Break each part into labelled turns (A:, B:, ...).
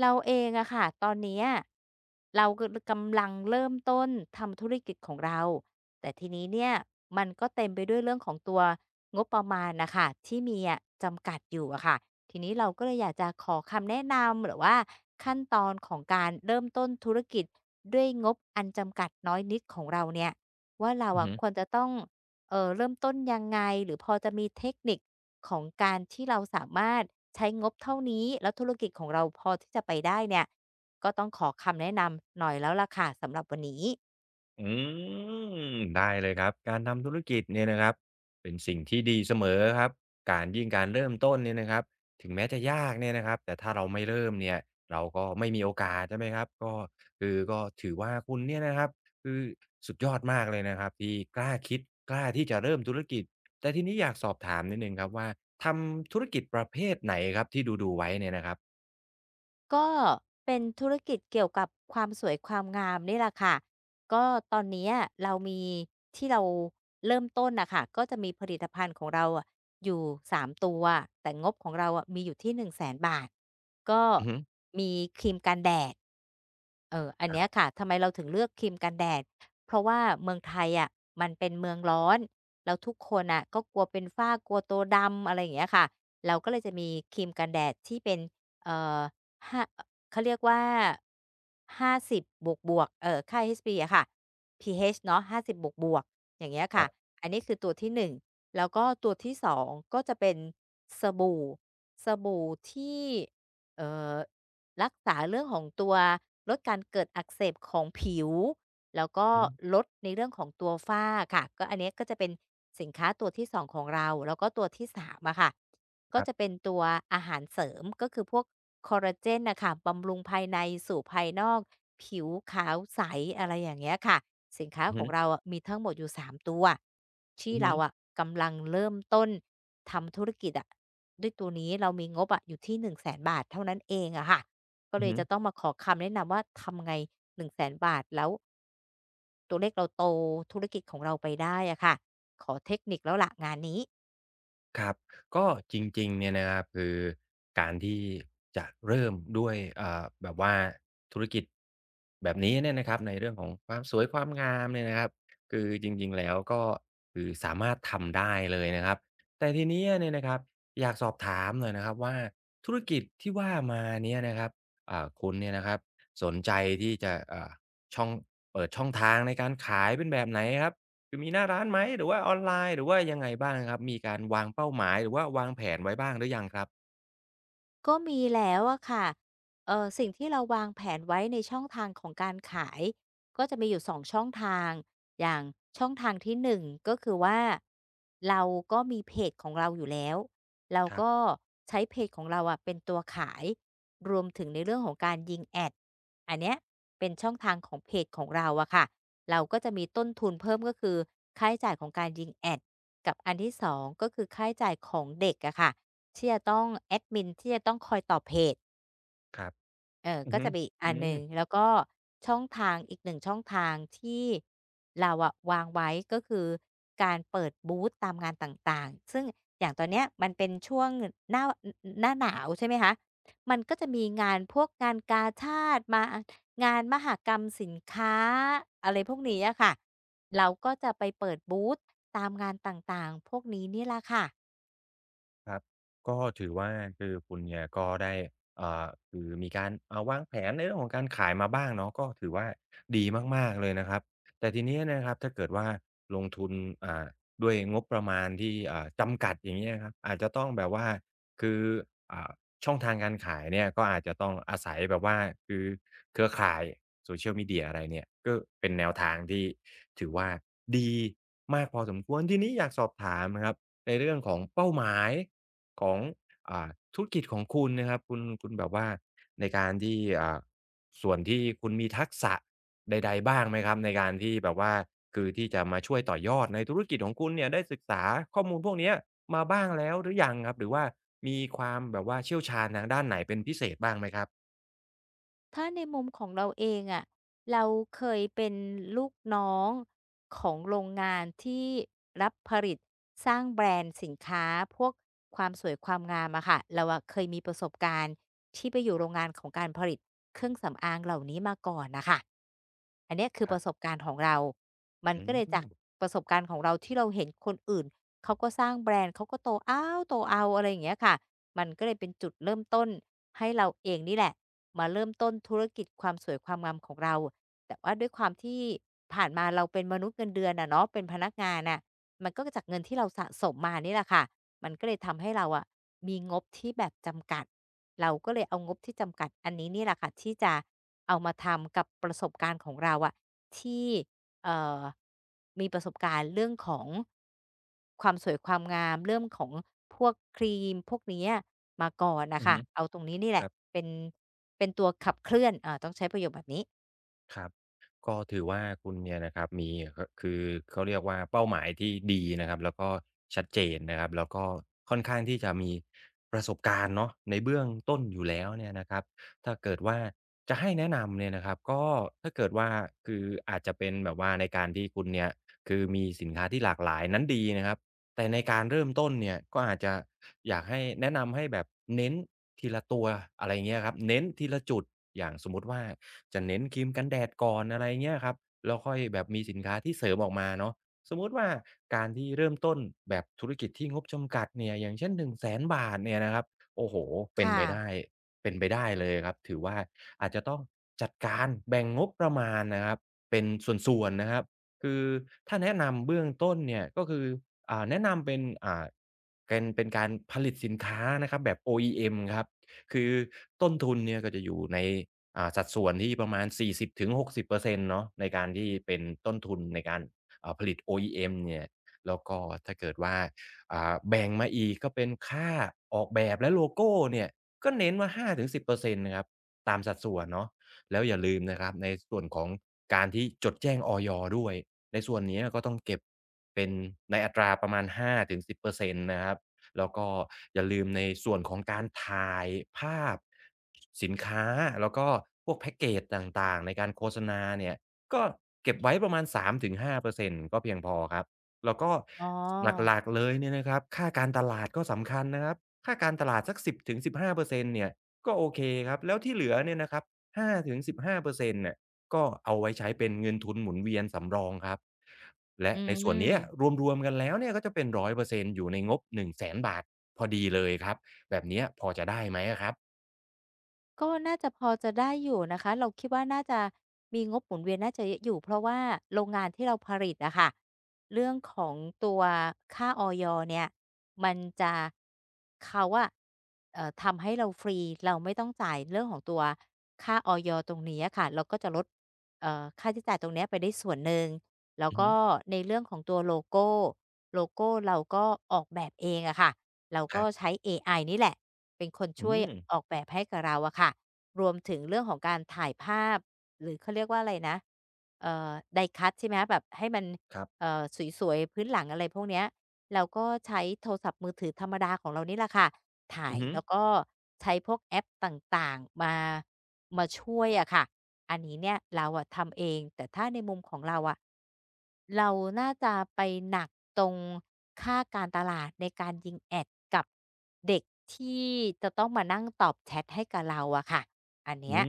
A: เราเองอะค่ะตอนเนี้ยเราก็กำลังเริ่มต้นทำธุรกิจของเราแต่ทีนี้เนี่ยมันก็เต็มไปด้วยเรื่องของตัวงบประมาณนะคะที่มีอะจำกัดอยู่อะค่ะทีนี้เราก็เลยอยากจะขอคำแนะนำหรือว่าขั้นตอนของการเริ่มต้นธุรกิจด้วยงบอันจำกัดน้อยนิดของเราเนี่ยว่าเรา
B: อือ
A: อะ
B: ฮึ
A: ควรจะต้อง เริ่มต้นยังไงหรือพอจะมีเทคนิคของการที่เราสามารถใช้งบเท่านี้แล้วธุรกิจของเราพอที่จะไปได้เนี่ยก็ต้องขอคำแนะนำหน่อยแล้วล่ะค่ะสำหรับวันนี้
B: อืมได้เลยครับการทำธุรกิจเนี่ยนะครับเป็นสิ่งที่ดีเสมอครับการเริ่มต้นเนี่ยนะครับถึงแม้จะยากเนี่ยนะครับแต่ถ้าเราไม่เริ่มเนี่ยเราก็ไม่มีโอกาสใช่ไหมครับก็ถือว่าคุณเนี่ยนะครับคือสุดยอดมากเลยนะครับที่กล้าคิดกล้าที่จะเริ่มธุรกิจแต่ทีนี้อยากสอบถามนิดหนึ่งครับว่าทำธุรกิจประเภทไหนครับที่ดูๆไว้เนี่ยนะครับ
A: ก็เป็นธุรกิจเกี่ยวกับความสวยความงามนี่แหละค่ะก็ตอนเนี้ยเรามีที่เราเริ่มต้นน่ะค่ะก็จะมีผลิตภัณฑ์ของเราอะอยู่3ตัวแต่งบของเราอะมีอยู่ที่หนึ่ง100,000ก็
B: อือฮึ
A: มีครีมกันแดด เอออันเนี้ยค่ะ ทำไมเราถึงเลือกครีมกันแดด เพราะว่าเมืองไทยอะมันเป็นเมืองร้อนแล้วทุกคนอ่ะก็กลัวเป็นฝ้ากลัวตัวดำอะไรอย่างเงี้ยค่ะ เราก็เลยจะมีครีมกันแดดที่เป็นเอ่อห้าเขาเรียกว่าห้าสิบบวกบวกค่า HP อชพีอะค่ะ PH เนาะ50บบวกบวกอย่างเงี้ย
B: ค
A: ค่ะ
B: รับ
A: อันนี้คือตัวที่หนึ่งแล้วก็ตัวที่สองก็จะเป็นสบู่สบู่ที่เอ่อ รักษาเรื่องของตัวลดการเกิดอักเสบของผิวแล้วก็
B: อือฮึ
A: ลดในเรื่องของตัวฝ้าค่ะก็อันเนี้ยก็จะเป็นสินค้าตัวที่2ของเราแล้วก็ตัวที่3อะค่ะก็
B: ครั
A: จะเป็
B: บ
A: นตัวอาหารเสริมก็คือพวกคอลลาเจนน่ะค่ะบำรุงภายในสู่ภายนอกผิวขาวใสอะไรอย่างเงี้ยค่ะสินค้า
B: อือ
A: ข
B: ฮึ
A: องเราอะมีทั้งหมดอยู่3ตัวที่
B: อือฮึ
A: เราอะกำลังเริ่มต้นทำธุรกิจอะด้วยตัวนี้เรามีงบอะอยู่ที่100,000บาทเท่านั้นเองอะค่ะ ก็
B: อื
A: เล
B: อ
A: ย
B: ฮึ
A: จะต้องมาขอคำแนะนำว่าทำไง100,000 บาทแล้วตัวเลขเราโตธุรกิจของเราไปได้อะค่ะขอเทคนิคแล้วล่ะงานนี้
B: ครับก็จริงๆเนี่ยนะครับคือการที่จะเริ่มด้วยแบบว่าธุรกิจแบบนี้เนี่ยนะครับในเรื่องของความสวยความงามเนี่ยนะครับคือจริงๆแล้วก็คือสามารถทำได้เลยนะครับแต่ทีเนี้ยเนี่ยนะครับอยากสอบถามหน่อยนะครับว่าธุรกิจที่ว่ามาเนี่ยนะครับคุณเนี่ยนะครับสนใจที่จะอ่าช่องเปิดช่องทางในการขายเป็นแบบไหนครับ คือมีหน้าร้านไหมหรือว่าออนไลน์หรือว่ายังไงบ้างครับมีการวางเป้าหมายหรือว่าวางแผนไว้บ้างหรือยังครับ
A: ก็มีแล้วอะค่ะเออสิ่งที่เราวางแผนไว้ในช่องทางของการขายก็จะมีอยู่2ช่องทาง อย่างช่องทางที่1ก็คือว่าเราก็มีเพจของเราอยู่แล้ว เรา
B: ครั
A: ก็
B: บ
A: ใช้เพจของเราอะเป็นตัวขาย รวมถึงในเรื่องของการยิงแอดอันเนี้ยเป็นช่องทางของเพจของเราอะค่ะเราก็จะมีต้นทุนเพิ่มก็คือค่าใช้จ่ายของการยิงแอดกับอันที่2ก็คือค่าใช้จ่ายของเด็กอะค่ะ ที่จะต้องแอดมินที่จะต้องคอยตอบเพจ
B: ครับ
A: เออ
B: อือ
A: ก็
B: ฮึ
A: จะเป็นอีกอั
B: อื
A: นหนึ่ง
B: ม
A: แล้วก็ช่องทางอีกหนึ่งช่องทางที่เราอะวางไว้ก็คือการเปิดบูตตามงานต่างๆซึ่งอย่างตอนเนี้ยมันเป็นช่วงหน้าอหน้าหนาวใช่ไหมคะมันก็จะมีงานพวกงานกาชาดมางานมหกรรมสินค้าอะไรพวกนี้อะค่ะเราก็จะไปเปิดบูตตามงานต่างๆพวกนี้นี่แหละค่ะ
B: ครับก็ถือว่าคุณเนี่ยก็ได้คือมีการวางแผนในเรื่องของการขายมาบ้างเนาะก็ถือว่าดีมากๆเลยนะครับแต่ทีเนี้ยนะครับถ้าเกิดว่าลงทุนอ่าด้วยงบประมาณที่จำกัดอย่างเงี้ยครับอาจจะต้องแบบว่าคืออ่าช่องทางการขายเนี่ยก็อาจจะต้องอาศัยแบบว่าคือเครือข่าย Social Media อะไรเนี่ยก็เป็นแนวทางที่ถือว่าดีมากพอสมควรทีนี้อยากสอบถามนะครับในเรื่องของเป้าหมาย ของอ่าธุรกิจของคุณนะครับคุณแบบว่าในการที่ส่วนที่คุณมีทักษะใดๆบ้างไหมครับในการที่แบบว่าที่จะมาช่วยต่อยอดในธุรกิจของคุณเนี่ยได้ศึกษาข้อมูลพวกเนี้ยมาบ้างแล้วหรือยังครับหรือว่ามีความแบบว่าเชี่ยวชาญทางด้านไหนเป็นพิเศษบ้างไหมครับ
A: ถ้าในมุมของเราเองอะเราเคยเป็นลูกน้องของโรงงานที่รับผลิตสร้างแบรนด์สินค้าพวกความสวยความงามอะค่ะเราอะเคยมีประสบการณ์ที่ไปอยู่โรงงานของการผลิตเครื่องสำอางเหล่านี้มาก่อนนะคะอันเนี้ยคือ
B: ค
A: ป
B: รั
A: ระสบ
B: บ
A: การณ์ของเรามัน
B: อื
A: ก็เลยจา
B: ม
A: กประสบการณ์ของเราที่เราเห็นคนอื่นเขาก็สร้างแบรนด์เขาก็โตอ้าวโตเอาอะไรอย่างเงี้ยค่ะมันก็เลยเป็นจุดเริ่มต้น ให้เราเองนี่แหละมาเริ่มต้นธุรกิจความสวยความงามของเราแต่ว่าด้วยความที่ผ่านมาเราเป็นมนุษย์เงินเดือนอะเนาะเป็นพนักงานน่ะมันก็จากเงินที่เราสะสมมานี่แหละค่ะมันก็เลยทำให้เราอะมีงบที่แบบจำกัดเราก็เลยเอางบที่จำกัดอันนี้นี่แหละค่ะที่จะเอามาทำกับประสบการณ์ของเราอะที่ เอ่อมีประสบการณ์เรื่องของความสวยความงามเรื่องของพวกครีมพวกเนี้ยมาก่อนน่ะ
B: อือ
A: ค่ะ
B: ฮึ
A: เอาตรงนี้นี่แห
B: ค
A: ละ
B: รับ
A: เป็นเป็นตัวขับเคลื่อนต้องใช้ประโยคแบบนี้
B: ครับก็ถือว่าคุณเนี่ยนะครับมีคคือเขาเรียกว่าเป้าหมายที่ดีนะครับแล้วก็ชัดเจนนะครับแล้วก็ค่อนข้างที่จะมีประสบการณ์เนาะในเบื้องต้นอยู่แล้วเนี่ยนะครับถ้าเกิดว่าจะให้แนะนำเนี่ยนะครับก็ถ้าเกิดว่าคืออาจจะเป็นแบบว่าในการที่คุณเนี่ยคือมีสินค้าที่หลากหลายนั้นดีนะครับ แต่ในการเริ่มต้นเนี่ยก็อาจจะอยากให้แนะนำให้แบบเน้นทีละตัวอะไรเงี้ยครับเน้นทีละจุดอย่างสมมุติว่าจะเน้นครีมกันแดดก่อนอะไรเงี้ยครับแล้วค่อยแบบมีสินค้าที่เสริมออกมาเนาะสมมุติว่าการที่เริ่มต้นแบบธุรกิจที่งบจำกัดเนี่ยอย่างเช่น1 0 0 0สนบาทเนี่ยนะครับโอ้โฮเป็น
A: ค่ะ
B: ไปได้เป็นไปได้เลยครับถือว่าอาจจะต้องจัดการแบ่งงบประมาณนะครับเป็นส่วนๆนะครับ คือถ้าแนะนำเบื้องต้นเนี่ยก็คือแนะนำเป็นเป็นการผลิตสินค้านะครับแบบ OEM ครับคือต้นทุนเนี่ยก็จะอยู่ในสัดส่วนที่ประมาณ40-60%เปอร์เซ็นต์เนาะในการที่เป็นต้นทุนในการผลิต OEM เนี่ยแล้วก็ถ้าเกิดว่าแบ่งมาอีกก็เป็นค่าออกแบบและโลโก้เนี่ยก็เน้นว่า5-10%นต์นะครับตามสัดส่วนเนาะแล้วอย่าลืมนะครับในส่วนของการที่จดแจ้งอยด้วย ในส่วนเนี้ยก็ต้องเก็บเป็นในอัตราประมาณห้าถึงสิบเปอร์เซ็นต์นะครับแล้วก็อย่าลืมในส่วนของการถ่ายภาพสินค้าแล้วก็พวกแพ็กเกจต่างๆในการโฆษณาเนี่ยก็เก็บไว้ประมาณ3-5%ก็เพียงพอครับแล้วก็
A: อ๋อ
B: หลักๆเลยเนี่ยนะครับค่าการตลาดก็สำคัญนะครับค่าการตลาดสักสิบถึงสิบห้าเปอร์เซ็นต์เนี่ยก็โอเคครับแล้วที่เหลือเนี่ยนะครับ5-15%น่ะ ก็เอาไว้ใช้เป็นเงินทุนหมุนเวียนสำรองครับและ
A: อื
B: ในส่วนเนี้ย
A: ม
B: รวมๆกันแล้วเนี่ยก็จะเป็น100%อยเปอร์เซ็นต์อยู่ในงบ1่งแสนบาทพอดีเลยครับแบบเนี้ยพอจะได้ไหมอะครับ
A: ก็น่าจะพอจะได้อยู่นะคะเราคิดว่าน่าจะมีงบหมุนเวียนน่าจะเยอะอยู่เพราะว่าโรงงานที่เราผลิตอะค่ะเรื่องของตัวค่าอยเนี่ยมันจะเขาอะทำให้เราฟรีเราไม่ต้องจ่ายเรื่องของตัวค่าอยตรงนี้อะค่ะเราก็จะลดค่าใช้จ่ายตรงเนี้ยไปได้ส่วนหนึ่งแล้ว
B: อือฮึ
A: ก็ในเรื่องของตัวโลโกโลโก้เราก็ออกแบบเองอะค่ะ เรา
B: ค
A: ก็
B: รับ
A: ใช้เอไอนี่แหละเป็นคน
B: อื
A: ช่วย
B: ม
A: ออกแบบให้กับเราอะค่ะรวมถึงเรื่องของการถ่ายภาพหรือเขาเรียกว่าอะไรนะเอ่อ die cut ใช่ไหมคะแบบให้มัน
B: ครับ
A: เอ่อสวยๆพื้นหลังอะไรพวกเนี้ยเราก็ใช้โทรศัพท์มือถือธรรมดาของเรานี่แหละค่ะถ่า
B: อื
A: ย
B: อฮึ
A: แล้วก็ใช้พวกแอปต่างๆมามาช่วยอะค่ะอันนี้เนี่ยเราอะทำเองแต่ถ้าในมุมของเราอะ เราน่าจะไปหนักตรงค่าการตลาดในการยิงแอดกับเด็กที่จะต้องมานั่งตอบแชทให้กับเราอะค่ะอันเนี้
B: อื
A: ย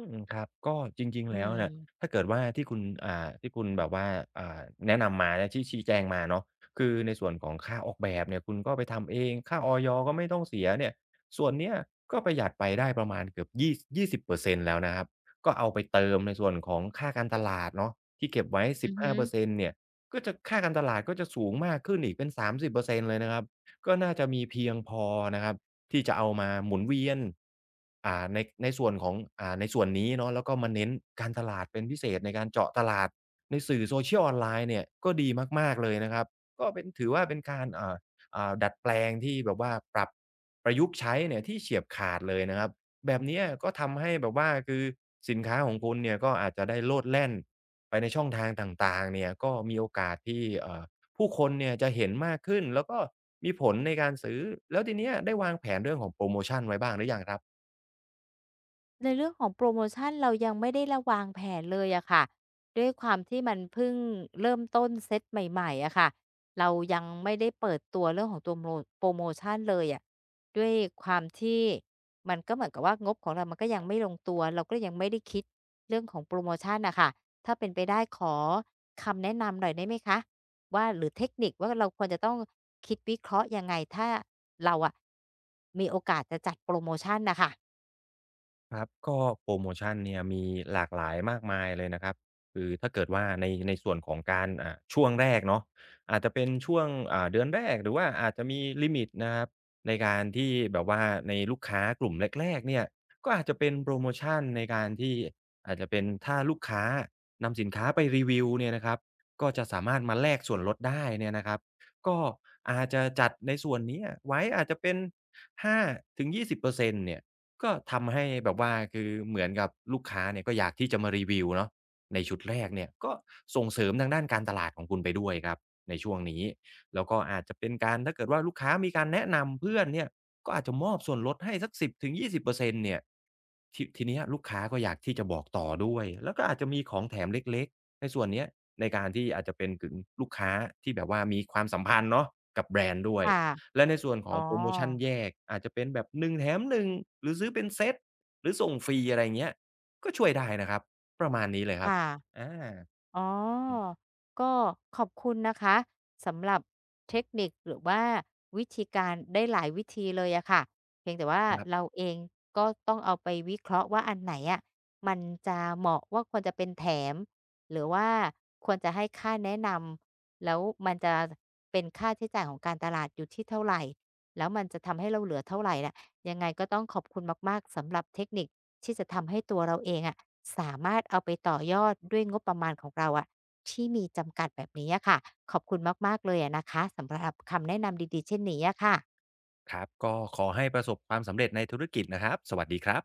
B: มครับก็จริงๆ
A: อื
B: แล้ว
A: ม
B: เนี่ยถ้าเกิดว่าที่คุณที่คุณแบบว่าอ่าแนะนำมาและที่ชี้แจงมาเนาะคือในส่วนของค่าออกแบบเนี่ยคุณก็ไปทำเองค่าอยก็ไม่ต้องเสียเนี่ยส่วนเนี้ยก็ประหยัดไปได้ประมาณเกือบยี่สิบเปอร์เซ็นต์แล้วนะครับก็เอาไปเติมในส่วนของค่าการตลาดเนาะที่เก็บไว้สิ
A: อื
B: บ
A: อฮึ
B: ห้าเปอร์เซ็นต์เนี่ยก็จะค่าการตลาดก็จะสูงมากขึ้นอีกเป็นสามสิบเปอร์เซ็นต์เลยนะครับก็น่าจะมีเพียงพอนะครับ ที่จะเอามาหมุนเวียนในส่วนของในส่วนนี้เนาะแล้วก็มาเน้นการตลาดเป็นพิเศษในการเจาะตลาดในสื่อ Social ออนไลน์เนี่ยก็ดีมากๆเลยนะครับก็เป็นถือว่าเป็นการอ่าดัดแปลงที่แบบว่าปรับประยุกต์ใช้เนี่ยที่เฉียบขาดเลยนะครับแบบเนี้ยก็ทำให้แบบว่าคือสินค้าของคุณเนี่ยก็อาจจะได้โลดแล่นไปในช่องทางต่างๆเนี่ยก็มีโอกาสที่ผู้คนเนี่ยจะเห็นมากขึ้นแล้วก็มีผลในการซื้อแล้วทีเนี้ยได้วางแผนเรื่องของโพรโมชันไว้บ้างหรือยังครับ
A: ในเรื่องของโปรโมชันเรายังไม่ได้ระวางแผนเลยอะค่ะด้วยความที่มันเพิ่งเริ่มต้นเซตใหม่ๆอะค่ะเรายังไม่ได้เปิดตัวเรื่องของตัวโมโปรโมชันเลยอะด้วยความที่มันก็เหมือนกับว่างบของเรามันก็ยังไม่ลงตัวเราก็ยังไม่ได้คิดเรื่องของโปรโมชันนะค่ะถ้าเป็นไปได้ขอคำแนะนำหน่อยได้ไหมคะว่าหรือเทคนิคว่าเราควรจะต้องคิดวิเคราะห์ยังไงถ้าเราอะมีโอกาสจะจัดโปรโมชันนะคะ
B: ครับก็โพรโมชันเนี่ยมีหลากหลายมากมายเลยนะครับคือถ้าเกิดว่าในส่วนของการช่วงแรกเนาะอาจจะเป็นช่วงเดือนแรกหรือว่าอาจจะมีลิมิตนะครับในการที่แบบว่าในลูกค้ากลุ่มแรกๆเนี่ยก็อาจจะเป็นโพรโมชันในการที่อาจจะเป็นถ้าลูกค้านำสินค้าไปรีวิวเนี่ยนะครับก็จะสามารถมาแลกส่วนลดได้เนี่ยนะครับก็อาจจะจัดในส่วนเนี้ยไว้อาจจะเป็น5-20%เปอร์เซ็นต์เนี่ย ก็ทำให้แบบว่าคือเหมือนกับลูกค้าเนี่ยก็อยากที่จะมารีวิวเนาะในชุดแรกเนี่ยก็ส่งเสริมทางด้านการตลาดของคุณไปด้วยครับในช่วงนี้แล้วก็อาจจะเป็นการถ้าเกิดว่าลูกค้ามีการแนะนำเพื่อนเนี่ยก็อาจจะมอบส่วนลดให้สัก10-20%เปอร์เซ็นต์เนี่ยทีเนี้ยลูกค้าก็อยากที่จะบอกต่อด้วยแล้วก็อาจจะมีของแถมเล็กๆในส่วนเนี้ยในการที่อาจจะเป็นถึงลูกค้าที่แบบว่ามีความสัมพันธ์เนาะกับแบรนด์ด้วย
A: ค่ะ
B: และในส่วนขอ
A: อ๋
B: ง
A: อ
B: โพรโมชันแยกอาจจะเป็นแบบหนึ่งแถมหนึ่งหรือซื้อเป็นเซตหรือส่งฟรีอะไรเงี้ยก็ช่วยได้นะครับประมาณนี้เลยครับ
A: ค่ะ
B: อา
A: อ๋อ
B: อืม
A: ก็ขอบคุณนะคะสำหรับเทคนิคหรือว่าวิธีการได้หลายวิธีเลยอะค่ะเพียงแต่ว่า
B: ครับ
A: เราเองก็ต้องเอาไปวิเคราะห์ว่าอันไหนอะมันจะเหมาะว่าควรจะเป็นแถมหรือว่าควรจะให้ค่าแนะนำแล้วมันจะเป็นค่าใช้จ่ายของการตลาดอยู่ที่เท่าไหร่แล้วมันจะทำให้เราเหลือเท่าไหร่น่ะยังไงก็ต้องขอบคุณมากๆสำหรับเทคนิคที่จะทำให้ตัวเราเองอะ สามารถเอาไปต่อยอดด้วยงบประมาณของเราอะที่มีจำกัดแบบนี้อะค่ะขอบคุณมากๆเลยอะนะคะสำหรับคำแนะนำดีๆเช่นนี้อะค่ะ
B: ครับก็ขอให้ประสบความสำเร็จในธุรกิจนะครับสวัสดีครับ